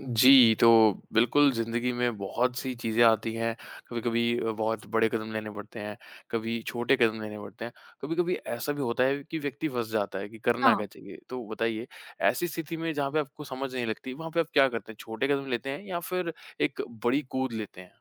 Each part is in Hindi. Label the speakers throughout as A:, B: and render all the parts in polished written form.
A: जी, तो बिल्कुल ज़िंदगी में बहुत सी चीज़ें आती हैं। कभी-कभी बहुत बड़े कदम लेने पड़ते हैं, कभी छोटे कदम लेने पड़ते हैं। कभी-कभी ऐसा भी होता है कि व्यक्ति फँस जाता है कि करना
B: हाँ,
A: क्या चाहिए? तो बताइए ऐसी स्थिति में जहाँ पे आपको समझ नहीं लगती, वहाँ पे आप क्या करते हैं? छोटे कदम लेते हैं या फिर एक बड़ी कूद लेते हैं?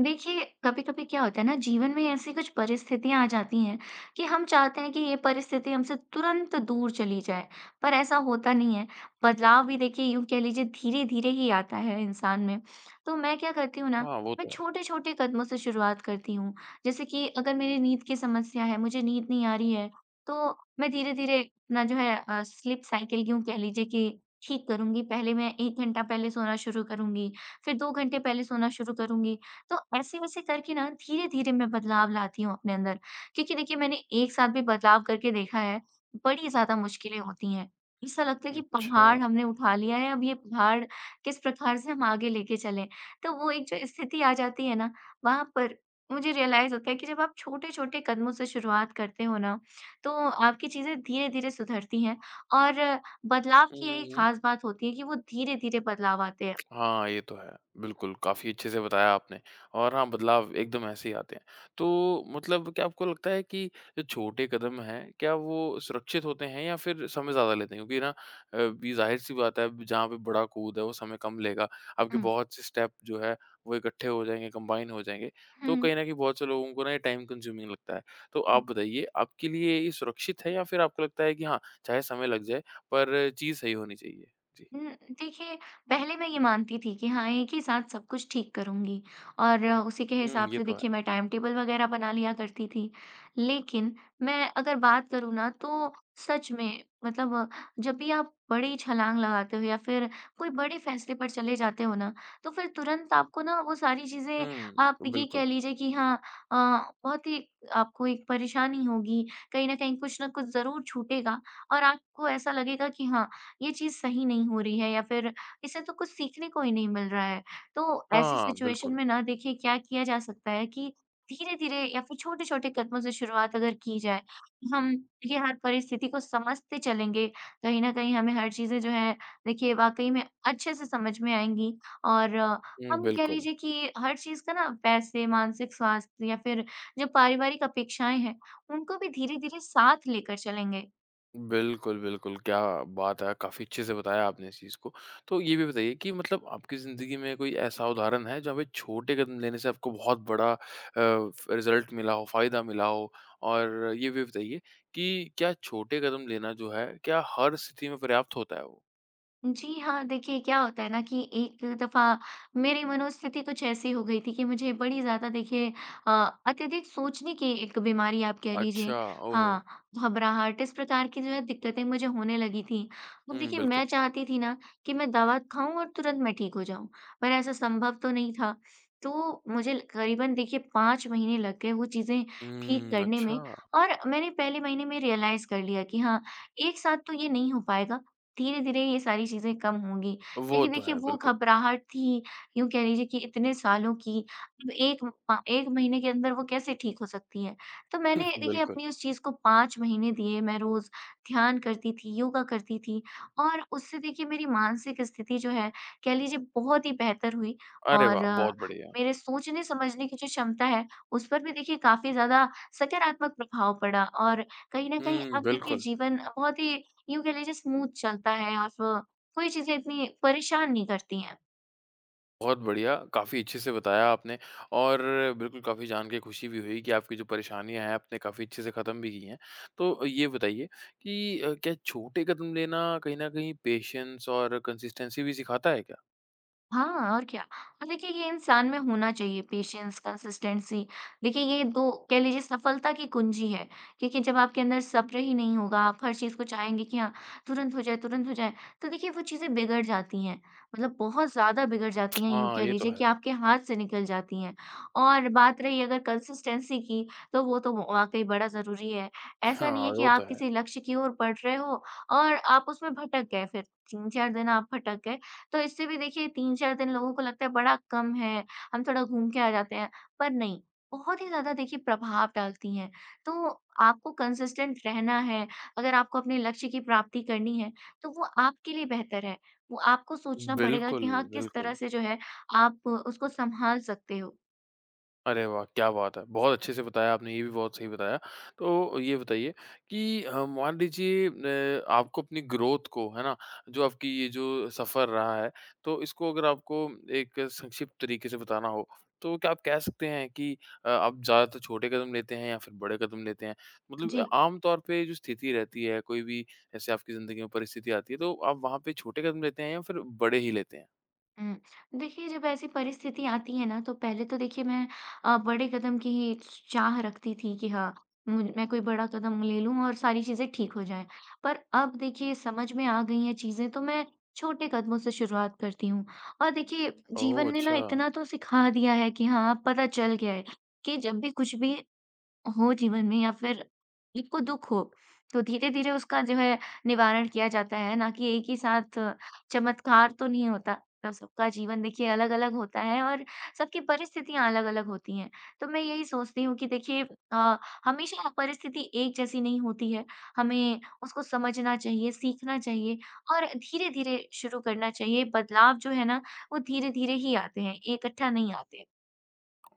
B: देखिए कभी-कभी क्या होता है ना जीवन में ऐसी कुछ परिस्थितियां आ जाती हैं कि हम चाहते हैं कि ये परिस्थिति हमसे तुरंत दूर चली जाए, पर ऐसा होता नहीं है। बदलाव भी देखिए यूं कह लीजिए धीरे-धीरे ही आता है इंसान में। तो मैं क्या करती हूँ ना,
A: हाँ, वो
B: मैं
A: तो है।
B: छोटे-छोटे कदमों से शुरुआत करती हूँ। जैसे कि अगर मेरी नींद की समस्या है, मुझे नींद नहीं आ रही है, तो मैं धीरे-धीरे अपना जो है स्लीप साइकिल यूं कह लीजिए कि ठीक करूंगी। पहले मैं एक घंटा पहले सोना शुरू करूंगी, फिर दो घंटे पहले सोना शुरू करूंगी। तो ऐसे-वैसे करके ना धीरे-धीरे मैं बदलाव लाती हूँ अपने अंदर, क्योंकि देखिए मैंने एक साथ भी बदलाव करके देखा है, बड़ी ज़्यादा मुश्किलें होती हैं। ऐसा लगता है कि
A: अच्छा।
B: पहाड़ हमने उठा लिया है, अब ये पहाड़ किस प्रकार से हम आगे लेके चलें। तो वो एक जो स्थिति आ जाती है ना, वहाँ पर मुझे रियलाइज़ होता है कि जब आप छोटे-छोटे कदमों से शुरुआत करते हो ना, तो आपकी चीज़ें धीरे-धीरे सुधरती हैं और बदलाव
A: हुँ,
B: की
A: हुँ,
B: यही
A: हुँ।
B: खास बात होती है कि वो धीरे-धीरे बदलाव आते हैं।
A: हाँ, ये तो है। बिल्कुल, काफ़ी अच्छे से बताया आपने और हाँ, बदलाव एकदम ऐसे ही आते हैं। तो मतलब क्या आपको लगता है कि जो छोटे कदम हैं, क्या वो सुरक्षित होते हैं या फिर समय ज़्यादा लेते हैं? क्योंकि ना अ, ये ज़ाहिर-सी बात है जहाँ पे बड़ा कूद है, वो समय कम लेगा। आपके
B: हुँ,
A: बहुत से स्टेप जो है, वो इकट्ठे हो जाएँगे, कंबाइन हो जाएँगे। तो
B: हुँ।
A: कहीं न कहीं बहुत से लोगों को ना ये टाइम कंज्यूमिंग लगता है। तो आप बताइए, आपके लिए ये सुरक्षित है या फिर आपको लगता है कि हाँ, चाहे समय लग जाए पर चीज़ सही होनी चाहिए? जी।
B: हुँ, देखिए पहले मैं ये मानती थी कि हाँ, एक ही साथ सब कुछ ठीक करूँगी और उसी के
A: हुँ,
B: हिसाब
A: ये
B: से
A: तो है।
B: देखिए मैं टाइम टेबल वग़ैरह बना लिया करती थी। लेकिन मैं अगर बात करूँ ना तो सच में मतलब, जब भी आप बड़ी छलाँग लगाते हो या फिर कोई बड़े फ़ैसले पर चले जाते हो ना, तो फिर तुरंत आपको ना वो सारी चीज़ें आप
A: हुँ,
B: ये
A: बिल्कुल।
B: कह लीजिए कि हाँ, अ, बहुत ही आपको एक परेशानी होगी, कहीं न कहीं कुछ न कुछ ज़रूर छूटेगा और आपको ऐसा लगेगा कि हाँ, ये चीज़ सही नहीं हो रही है या फिर इससे तो कुछ सीखने को ही नहीं मिल रहा है। तो ऐसी
A: हाँ,
B: सिचुएशन
A: बिल्कुल।
B: में ना देखिए क्या किया जा सकता है कि धीरे-धीरे या फिर छोटे-छोटे कदमों से शुरुआत अगर की जाए, हम ये हर परिस्थिति को समझते चलेंगे, कहीं न कहीं हमें हर चीज़ें जो हैं देखिए वाक़ई में अच्छे से समझ में आएँगी। और
A: हुँ,
B: हम कह
A: बिल्कुल।
B: लीजिए कि हर चीज़ का ना पैसे, मानसिक स्वास्थ्य या फिर जो पारिवारिक अपेक्षाएँ हैं, उनको भी धीरे-धीरे साथ लेकर चलेंगे।
A: बिल्कुल, बिल्कुल, क्या बात है! काफ़ी अच्छे से बताया आपने इस चीज़ को। तो ये भी बताइए कि मतलब आपकी ज़िंदगी में कोई ऐसा उदाहरण है जहाँ पे छोटे कदम लेने से आपको बहुत बड़ा फ रिज़ल्ट मिला हो, फ़ायदा मिला हो? और ये भी बताइए कि क्या छोटे कदम लेना जो है, क्या हर स्थिति में पर्याप्त होता है वो?
B: जी हाँ, देखिए क्या होता है ना कि एक दफ़ा मेरी मनोस्थिति कुछ ऐसी हो गई थी कि मुझे बड़ी ज़्यादा देखिए अ, अत्यधिक सोचने की एक बीमारी आप कह लीजिए।
A: अच्छा, ओहो!
B: हाँ, घबराहट इस प्रकार की जो है दिक्कतें मुझे होने लगी थी। अब
A: हुँ,
B: देखिए
A: बिल्कुल।
B: मैं चाहती थी ना कि मैं दवा खाऊँ और तुरंत मैं ठीक हो जाऊँ, पर ऐसा संभव तो नहीं था। तो मुझे करीबन देखिए 5 महीने लग गए वो चीज़ें ठीक
A: हुँ,
B: करने
A: अच्छा,
B: में, और मैंने पहले महीने में रियलाइज़ कर लिया कि हाँ, एक साथ तो ये नहीं हो पाएगा, धीरे-धीरे ये सारी चीज़ें कम होंगी।
A: वो
B: लेकिन
A: तो
B: देखिए
A: है,
B: वो
A: बिल्कुल।
B: घबराहट थी, यूँ कह लीजिए कि इतने सालों की, अब 1 महीने के अंदर वो कैसे ठीक हो सकती है? तो मैंने देखिए
A: बिल्कुल।
B: अपनी उस चीज़ को 5 महीने दिए, मैं रोज़ ध्यान करती थी, योगा करती थी और उससे देखिए मेरी मानसिक स्थिति जो है, कह लीजिए बहुत ही बेहतर हुई।
A: अरे
B: और
A: वाह! बहुत बढ़िया।
B: मेरे सोचने-समझने की जो क्षमता है, उस पर भी देखिए काफ़ी ज़्यादा सकारात्मक प्रभाव पड़ा और कहीं न कहीं
A: हुँ,
B: अब देखिए
A: बिल्कुल।
B: जीवन बहुत ही यूँ कह लीजिए स्मूथ चलता है और वो कोई चीज़ें इतनी परेशान नहीं करती हैं।
A: बहुत बढ़िया, काफ़ी अच्छे से बताया आपने और बिल्कुल काफ़ी जान के खुशी भी हुई कि आपकी जो परेशानियाँ हैं, आपने काफ़ी अच्छे से ख़त्म भी की हैं। तो ये बताइए कि क्या छोटे कदम लेना कहीं न कहीं पेशेंस और कंसिस्टेंसी भी सिखाता है क्या?
B: हाँ, और क्या। और देखिए ये इंसान में होना चाहिए पेशेंस, कंसिस्टेंसी। देखिए ये 2 कह लीजिए सफलता की कुंजी है, क्योंकि जब आपके अंदर सब्र ही नहीं होगा, आप हर चीज़ को चाहेंगे कि हाँ, तुरंत हो जाए, तो देखिए वो चीज़ें बिगड़ जाती हैं। मतलब बहुत ज़्यादा बिगड़ जाती हैं, यूँ
A: हाँ,
B: कह
A: ये तो
B: लीजिए
A: है।
B: कि आपके हाथ से निकल जाती हैं। और बात रही अगर कंसिस्टेंसी की, तो वो तो वाक़ई बड़ा ज़रूरी है। ऐसा नहीं
A: हाँ,
B: है कि
A: वो तो
B: आप
A: है।
B: किसी लक्ष्य की ओर बढ़ रहे हो और आप उसमें भटक गए, फिर 3-4 दिन आप भटक गए, तो इससे भी देखिए 3-4 दिन लोगों को लगता है बड़ा कम है, हम थोड़ा घूम के आ जाते हैं, पर नहीं, बहुत ही ज़्यादा देखिए प्रभाव डालती हैं। तो आपको कंसिस्टेंट रहना है, अगर आपको अपने लक्ष्य की प्राप्ति करनी है, तो वो आपके लिए बेहतर है। वो आपको सोचना पड़ेगा
A: बिल्कुल,
B: कि हाँ, किस तरह
A: बिल्कुल।
B: से जो है आप उसको सँभाल सकते हो।
A: अरे वाह! क्या बात है। बहुत अच्छे से बताया आपने, ये भी बहुत सही बताया। तो ये बताइए कि मान लीजिए आपको अपनी ग्रोथ को, है ना, जो आपकी ये जो सफ़र रहा है, तो इसको अगर आपको एक संक्षिप्त तरीके से बताना हो, तो क्या आप कह सकते हैं कि आप ज़्यादातर छोटे कदम लेते हैं या फिर बड़े कदम लेते हैं? मतलब
B: जी।
A: आम तौर पे जो स्थिति रहती है, कोई भी ऐसे आपकी ज़िंदगी में परिस्थिति आती है, तो आप वहाँ पे छोटे कदम लेते हैं या फिर बड़े ही लेते हैं?
B: हुँ। देखिए, जब ऐसी परिस्थिति आती है ना, तो पहले तो देखिए मैं बड़े कदम की ही च चाह रखती थी कि हाँ, मुझ मैं कोई बड़ा कदम ले लूँ और सारी चीज़ें ठीक हो जाएँ। पर अब देखिए समझ में आ गई हैं चीज़ें, तो मैं छोटे कदमों से शुरुआत करती हूँ। और देखिए
A: ओह!
B: जीवन ने ना
A: अच्छा।
B: इतना तो सिखा दिया है कि हाँ, पता चल गया है कि जब भी कुछ भी हो जीवन में या फिर को दुख हो, तो धीरे-धीरे उसका जो है निवारण किया जाता है, ना कि एक ही साथ चमत्कार तो नहीं होता। तो सबका जीवन देखिए अलग-अलग होता है और सबकी परिस्थितियाँ अलग-अलग होती हैं। तो मैं यही सोचती हूँ कि देखिए अ, हमेशा परिस्थिति एक जैसी नहीं होती है। हमें उसको समझना चाहिए, सीखना चाहिए और धीरे-धीरे शुरू करना चाहिए। बदलाव जो है ना, वो धीरे-धीरे ही आते हैं, इकट्ठा नहीं आते।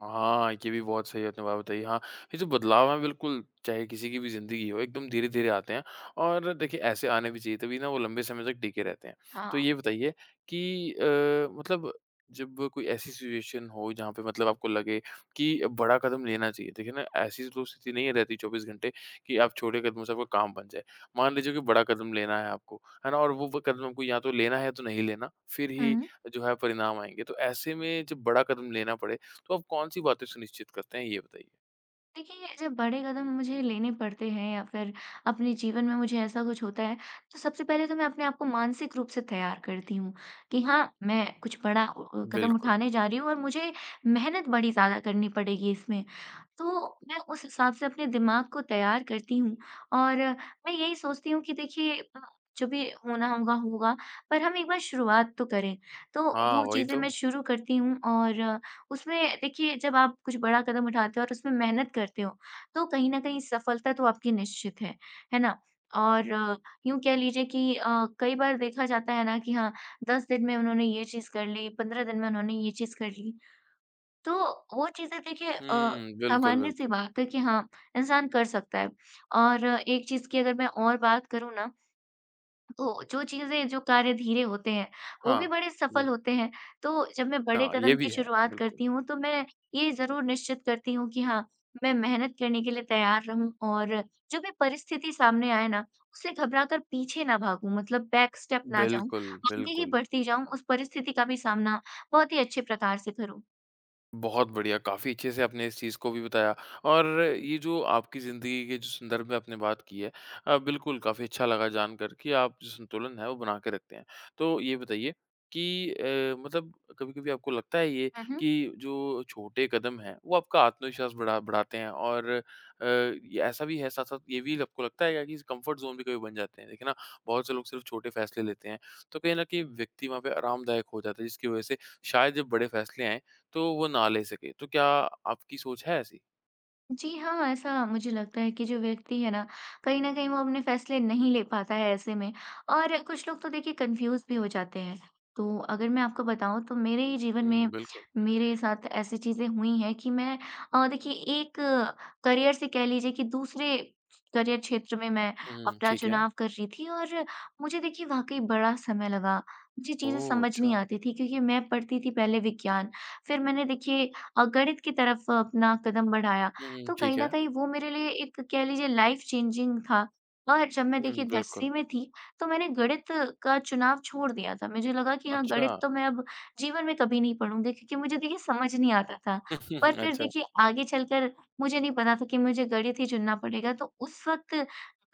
A: हाँ, ये भी बहुत सही आपने बात बताई। हाँ, ये जो बदलाव हैं बिल्कुल चाहे किसी की भी ज़िंदगी हो एकदम धीरे-धीरे आते हैं और देखिए ऐसे आने भी चाहिए तभी ना वो लंबे समय तक टिके रहते हैं। तो ये
B: हाँ।
A: बताइए कि मतलब जब कोई ऐसी सिचुएशन हो जहाँ पे मतलब आपको लगे कि अब बड़ा कदम लेना चाहिए, देखिए ना ऐसी तो स्थिति नहीं रहती 24 घंटे कि आप छोटे कदमों से आपका काम बन जाए। मान लीजिए कि बड़ा कदम लेना है आपको, है ना? और वो ब कदम आपको या तो लेना है या तो नहीं लेना, फिर ही
B: हम्म।
A: जो है परिणाम आएँगे। तो ऐसे में जब बड़ा कदम लेना पड़े तो आप कौन-सी बातें सुनिश्चित करते हैं ये बताइए?
B: देखिए, जब बड़े कदम मुझे लेने पड़ते हैं या फिर अपने जीवन में मुझे ऐसा कुछ होता है, तो सबसे पहले तो मैं अपने आप को मानसिक रूप से तैयार करती हूँ कि हाँ, मैं कुछ बड़ा कदम
A: बिल्कुल।
B: उठाने जा रही हूँ और मुझे मेहनत बड़ी ज़्यादा करनी पड़ेगी इसमें। तो मैं उस हिसाब से अपने दिमाग को तैयार करती हूँ और मैं यही सोचती हूँ कि देखिए जो भी होना होगा, होगा, पर हम एक बार शुरुआत तो करें। तो
A: हाँ,
B: वो
A: वही
B: चीज़ें
A: तो।
B: मैं शुरू करती हूँ और उसमें देखिए जब आप कुछ बड़ा कदम उठाते हो और उसमें मेहनत करते हो, तो कहीं न कहीं सफलता तो आपकी निश्चित है ना? और यूँ कह लीजिए कि कई बार देखा जाता है ना कि हाँ, 10 दिन में उन्होंने ये चीज़ कर ली, 15 दिन में उन्होंने ये चीज़ कर ली। तो वो चीज़ें देखिए,
A: हुँ, बिल्कुल,
B: सामान्य-सी
A: बिल्कुल।
B: बात है कि हाँ, इंसान कर सकता है। और एक चीज़ की अगर मैं और बात करूँ ना तो जो चीज़ें जो कार्य धीरे होते हैं, वो
A: हाँ,
B: भी बड़े
A: जी।
B: सफल होते हैं। तो जब मैं बड़े
A: हाँ, ये
B: कदम
A: भी
B: की
A: है,
B: शुरुआत
A: बिल्कुल।
B: करती हूँ, तो मैं ये ज़रूर निश्चित करती हूँ कि हाँ, मैं मेहनत करने के लिए तैयार रहूँ और जो भी परिस्थिति सामने आए ना, उससे घबराकर पीछे ना भागूँ, मतलब बैक स्टेप ना जाऊँ,
A: बिल्कुल,
B: आगे ही
A: बिल्कुल।
B: बढ़ती जाऊँ, उस परिस्थिति का भी सामना बहुत ही अच्छे प्रकार से करूँ।
A: बहुत बढ़िया, काफ़ी अच्छे से आपने इस चीज़ को भी बताया और ये जो आपकी ज़िंदगी के जो संदर्भ में आपने बात की है बिल्कुल काफ़ी अच्छा लगा जानकर कि आप जो संतुलन है, वो बना के रखते हैं। तो ये बताइए कि मतलब कभी-कभी आपको लगता है ये
B: हुँ, हुँ।
A: कि जो छोटे कदम हैं, वो आपका आत्मविश्वास बढ़ा बढ़ाते हैं और ये ऐसा भी है साथ-साथ ये भी आपको लगता है क्या कि कम्फ़र्ट ज़ोन भी कभी बन जाते हैं? देखिए ना, बहुत से लोग सिर्फ़ छोटे फ़ैसले लेते हैं, तो कहीं न कहीं व्यक्ति वहाँ पे आरामदायक हो जाता है, जिसकी वजह से शायद जब बड़े फ़ैसले आएँ, तो वो ना ले सके, तो क्या आपकी सोच है ऐसी?
B: जी हाँ, ऐसा मुझे लगता है कि जो व्यक्ति है ना, कहीं न कहीं वो अपने फैसले नहीं ले पाता है ऐसे में, और कुछ लोग तो देखिए कन्फ्यूज़ भी हो जाते हैं। तो अगर मैं आपको बताऊँ तो मेरे ही जीवन
A: हुँ,
B: में
A: बिल्कुल।
B: मेरे साथ ऐसी चीज़ें हुई हैं कि मैं देखिए एक करियर से कह लीजिए कि दूसरे करियर क्षेत्र में मैं
A: हुँ,
B: अपना
A: ठीक है।
B: चुनाव कर रही थी और मुझे देखिए वाक़ई बड़ा समय लगा। मुझे चीज़ें
A: ओह!
B: समझ
A: अच्छा।
B: नहीं आती थी क्योंकि मैं पढ़ती थी पहले विज्ञान, फिर मैंने देखिए गणित की तरफ अपना कदम बढ़ाया,
A: हुँ,
B: तो
A: ठीक
B: कहीं न
A: है।
B: कहीं वो मेरे लिए एक कह लीजिए लाइफ़ चेंजिंग था। और जब मैं
A: हुँ,
B: देखिए
A: बिल्कुल।
B: 10वीं में थी, तो मैंने गणित का चुनाव छोड़ दिया था। मुझे लगा कि हाँ,
A: अच्छा।
B: गणित तो मैं अब जीवन में कभी नहीं पढ़ूँगी क्योंकि मुझे देखिए समझ नहीं आता था। पर फिर
A: अच्छा।
B: देखिए आगे चलकर मुझे नहीं पता था कि मुझे गणित ही चुनना पड़ेगा। तो उस वक़्त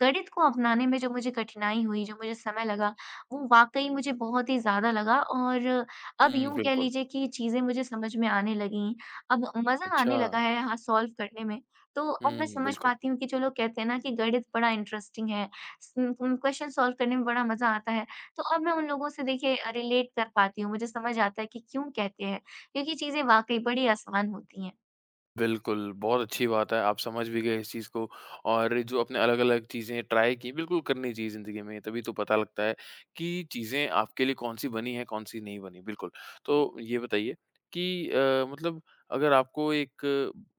B: गणित को अपनाने में जो मुझे कठिनाई हुई, जो मुझे समय लगा, वो वाक़ई मुझे बहुत ही ज़्यादा लगा और अब
A: हुँ,
B: यूँ कह
A: बिल्कुल।
B: लीजिए कि चीज़ें मुझे समझ में आने लगीं। अब मज़ा
A: अच्छा।
B: आने लगा है हाँ, सॉल्व करने में। तो अब मैं
A: हुँ,
B: समझ
A: बिल्कुल।
B: पाती हूँ कि जो लोग कहते हैं ना कि गणित बड़ा इंटरेस्टिंग है, स क्वेश्चन सॉल्व करने में बड़ा मज़ा आता है, तो अब मैं उन लोगों से देखिए, रिलेट कर पाती हूँ, मुझे समझ आता है कि क्यों कहते हैं, क्योंकि चीज़ें वाक़ई बड़ी आसान होती
A: बिल्कुल, बहुत अच्छी बात है, आप समझ भी गए इस चीज़ को और जो आपने अलग-अलग चीज़ें ट्राई की, बिल्कुल करनी चाहिए ज़िंदगी में, तभी तो पता लगता है कि चीज़ें आपके लिए कौन-सी बनी हैं, कौन-सी नहीं बनी। बिल्कुल, तो ये बताइए कि मतलब अगर आपको एक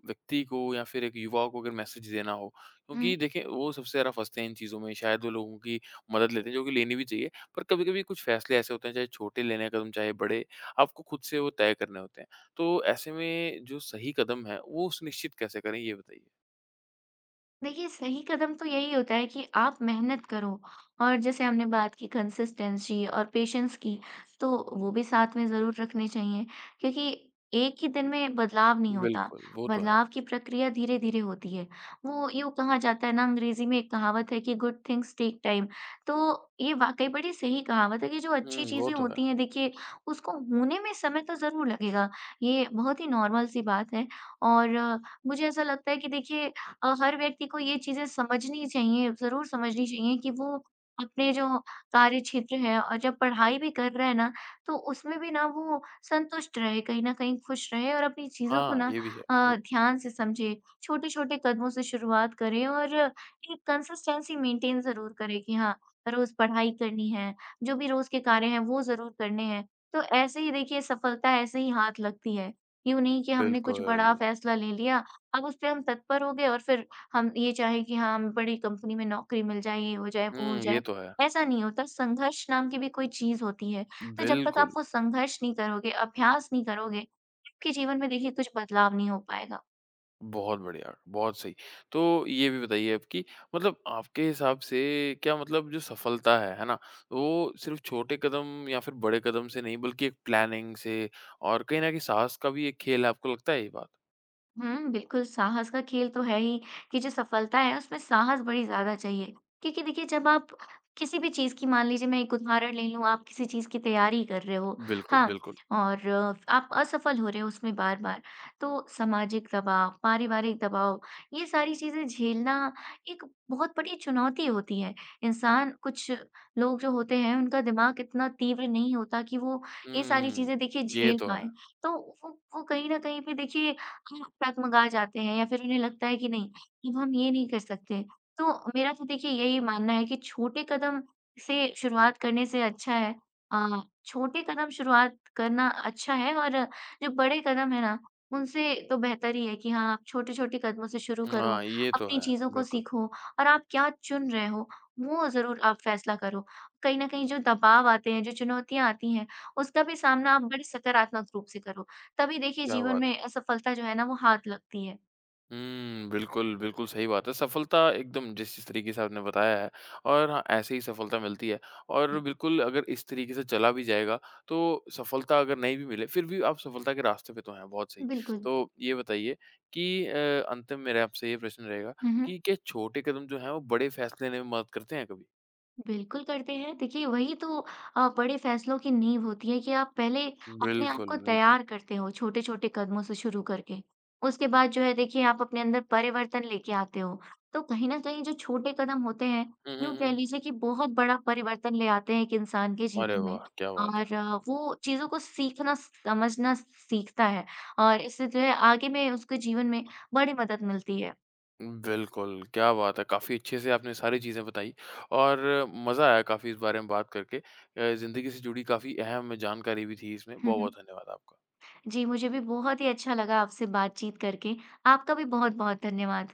A: व्यक्ति को या फिर एक युवा को अगर मैसेज देना हो,
B: हैं।
A: क्योंकि देखिए वो सबसे ज़्यादा फँसते हैं इन चीज़ों में, शायद वो लोगों की मदद लेते हैं, जो कि लेनी भी चाहिए, पर कभी-कभी कुछ फैसले ऐसे होते हैं, चाहे छोटे लेने हैं कदम, चाहे बड़े, आपको खुद से वो तय करने होते हैं। तो ऐसे में जो सही कदम है, वो सुनिश्चित कैसे करें ये बताइए?
B: देखिए, सही कदम तो यही होता है कि आप मेहनत करो और जैसे हमने बात की कंसिस्टेंसी और पेशेंस की, तो वो भी साथ में ज़रूर रखने चाहिए क्योंकि एक ही दिन में बदलाव नहीं होता।
A: बिल्कुल, वो तो है।
B: बदलाव की प्रक्रिया धीरे-धीरे होती है। वो यूँ कहा जाता है ना, अंग्रेज़ी में एक कहावत है कि गुड थिंग्स टेक टाइम। तो ये वाक़ई बड़ी सही कहावत है कि जो अच्छी
A: हुँ, वो
B: चीज़ें
A: तो है।
B: होती हैं देखिए, उसको होने में समय तो ज़रूर लगेगा। ये बहुत ही नॉर्मल सी बात है और मुझे ऐसा लगता है कि देखिए हर व्यक्ति को ये चीज़ें समझनी चाहिए, ज़रूर समझनी चाहिए कि वो अपने जो कार्य क्षेत्र है और जब पढ़ाई भी कर रहा है ना, तो उसमें भी ना वो संतुष्ट रहे, कहीं न कहीं खुश रहे और अपनी चीज़ों को
A: हाँ,
B: ना
A: ये भी है।
B: ध्यान से समझे। छोटे-छोटे कदमों से शुरुआत करें और एक कंसिस्टेंसी मेंटेन ज़रूर करें कि हाँ, रोज़ पढ़ाई करनी है, जो भी रोज़ के कार्य हैं, वो ज़रूर करने हैं। तो ऐसे ही देखिए सफलता ऐसे ही हाथ लगती है। यूँ नहीं कि हमने कुछ
A: बिल्कुल।
B: बड़ा फैसला ले लिया, अब उस पे हम तत्पर हो गए और फिर हम ये चाहें कि हाँ, हमें बड़ी कंपनी में नौकरी मिल जाए, ये हो जाए, वो हो
A: हुँ, ये
B: जाए।
A: तो है।
B: ऐसा नहीं होता, संघर्ष नाम की भी कोई चीज़ होती है। तो जब तक आप
A: बिल्कुल,
B: वो संघर्ष नहीं करोगे, अभ्यास नहीं करोगे, आपके जीवन में देखिए कुछ बदलाव नहीं हो पाएगा।
A: बहुत बढ़िया, बहुत सही। तो ये भी बताइए अब कि मतलब आपके हिसाब से क्या मतलब जो सफलता है ना? वो सिर्फ़ छोटे कदम या फिर बड़े कदम से नहीं बल्कि एक प्लानिंग से और कहीं न कहीं साहस का भी एक खेल है, आपको लगता है ये बात?
B: हुँ, बिल्कुल, साहस का खेल तो है ही कि जो सफलता है, उसमें साहस बड़ी ज़्यादा चाहिए। क्योंकि देखिए, जब आप किसी भी चीज़ की मान लीजिए, मैं एक उदाहरण ले लूँ, आप किसी चीज़ की तैयारी कर रहे हो,
A: बिल्कुल,
B: हाँ,
A: बिल्कुल।
B: और आप असफल हो रहे हो उसमें बार-बार, तो सामाजिक दबाव, पारिवारिक दबाव, ये सारी चीज़ें झेलना एक बहुत बड़ी चुनौती होती है। इंसान, कुछ लोग जो होते हैं, उनका दिमाग इतना तीव्र नहीं होता कि वो ये सारी
A: हुँ,
B: चीज़ें, देखिए,
A: ये
B: झेल
A: तो है।
B: पाएँ। तो वो कहीं न कहीं पे, देखिए डगमगा जाते हैं या फिर उन्हें लगता है कि नहीं, अब हम ये नहीं कर सकते। तो मेरा तो देखिए यही मानना है कि छोटे कदम से शुरुआत करने से अच्छा है अ, छोटे कदम शुरुआत करना अच्छा है और जो बड़े कदम है ना, उनसे तो बेहतर ही है कि हाँ, आप छोटे-छोटे कदमों से शुरू करो,
A: हाँ, ये तो
B: अपनी
A: है,
B: चीज़ों को
A: बिल्कुल।
B: सीखो और आप क्या चुन रहे हो, वो ज़रूर आप फैसला करो। कहीं न कहीं जो दबाव आते हैं, जो चुनौतियाँ आती हैं, उसका भी सामना आप बड़े सकारात्मक रूप से करो। तभी देखिए
A: क्या
B: जीवन
A: बात
B: में
A: है!
B: असफलता जो है ना वो हाथ लगती है।
A: हुँ, बिल्कुल, बिल्कुल सही बात है। सफलता एकदम जिस जिस तरीके से आपने बताया है और हाँ, ऐसे ही सफलता मिलती है और
B: जी,
A: बिल्कुल अगर इस तरीके से चला भी जाएगा तो सफलता अगर नहीं भी मिले फिर भी आप सफलता के रास्ते पे तो हैं, बहुत सही।
B: बिल्कुल।
A: तो ये बताइए कि अंतिम मेरा आपसे ये प्रश्न रहेगा
B: हुँ,
A: कि क्या छोटे कदम जो हैं वो बड़े फैसले लेने में मदद करते हैं कभी?
B: बिल्कुल करते हैं। देखिए, वही तो बड़े फैसलों की नींव होती है कि आप पहले अपने आप
A: बिल्कुल,
B: को
A: बिल्कुल।
B: तैयार करते हो, छोटे-छोटे कदमों से शुरू करके। उसके बाद जो है देखिए आप अपने अंदर परिवर्तन लेके आते हो। तो कहीं न कहीं जो छोटे कदम होते हैं,
A: हुँ, हुँ,
B: यूँ कह
A: हुँ।
B: लीजिए कि बहुत बड़ा परिवर्तन ले आते हैं एक इंसान के
A: अरे
B: जीवन में
A: वाह! क्या बात है!
B: और वो चीज़ों को सीखना, समझना सीखता है और इससे जो है आगे में उसके जीवन में बड़ी मदद मिलती है।
A: बिल्कुल, क्या बात है! काफ़ी अच्छे से आपने सारी चीज़ें बताई और मज़ा आया काफ़ी इस बारे में बात करके। ज़िंदगी से जुड़ी काफ़ी अहम जानकारी भी थी इसमें।
B: हुँ, हुँ।
A: बहुत-बहुत धन्यवाद आपका।
B: जी, मुझे भी बहुत ही अच्छा लगा आपसे बातचीत करके। आपका भी बहुत-बहुत धन्यवाद।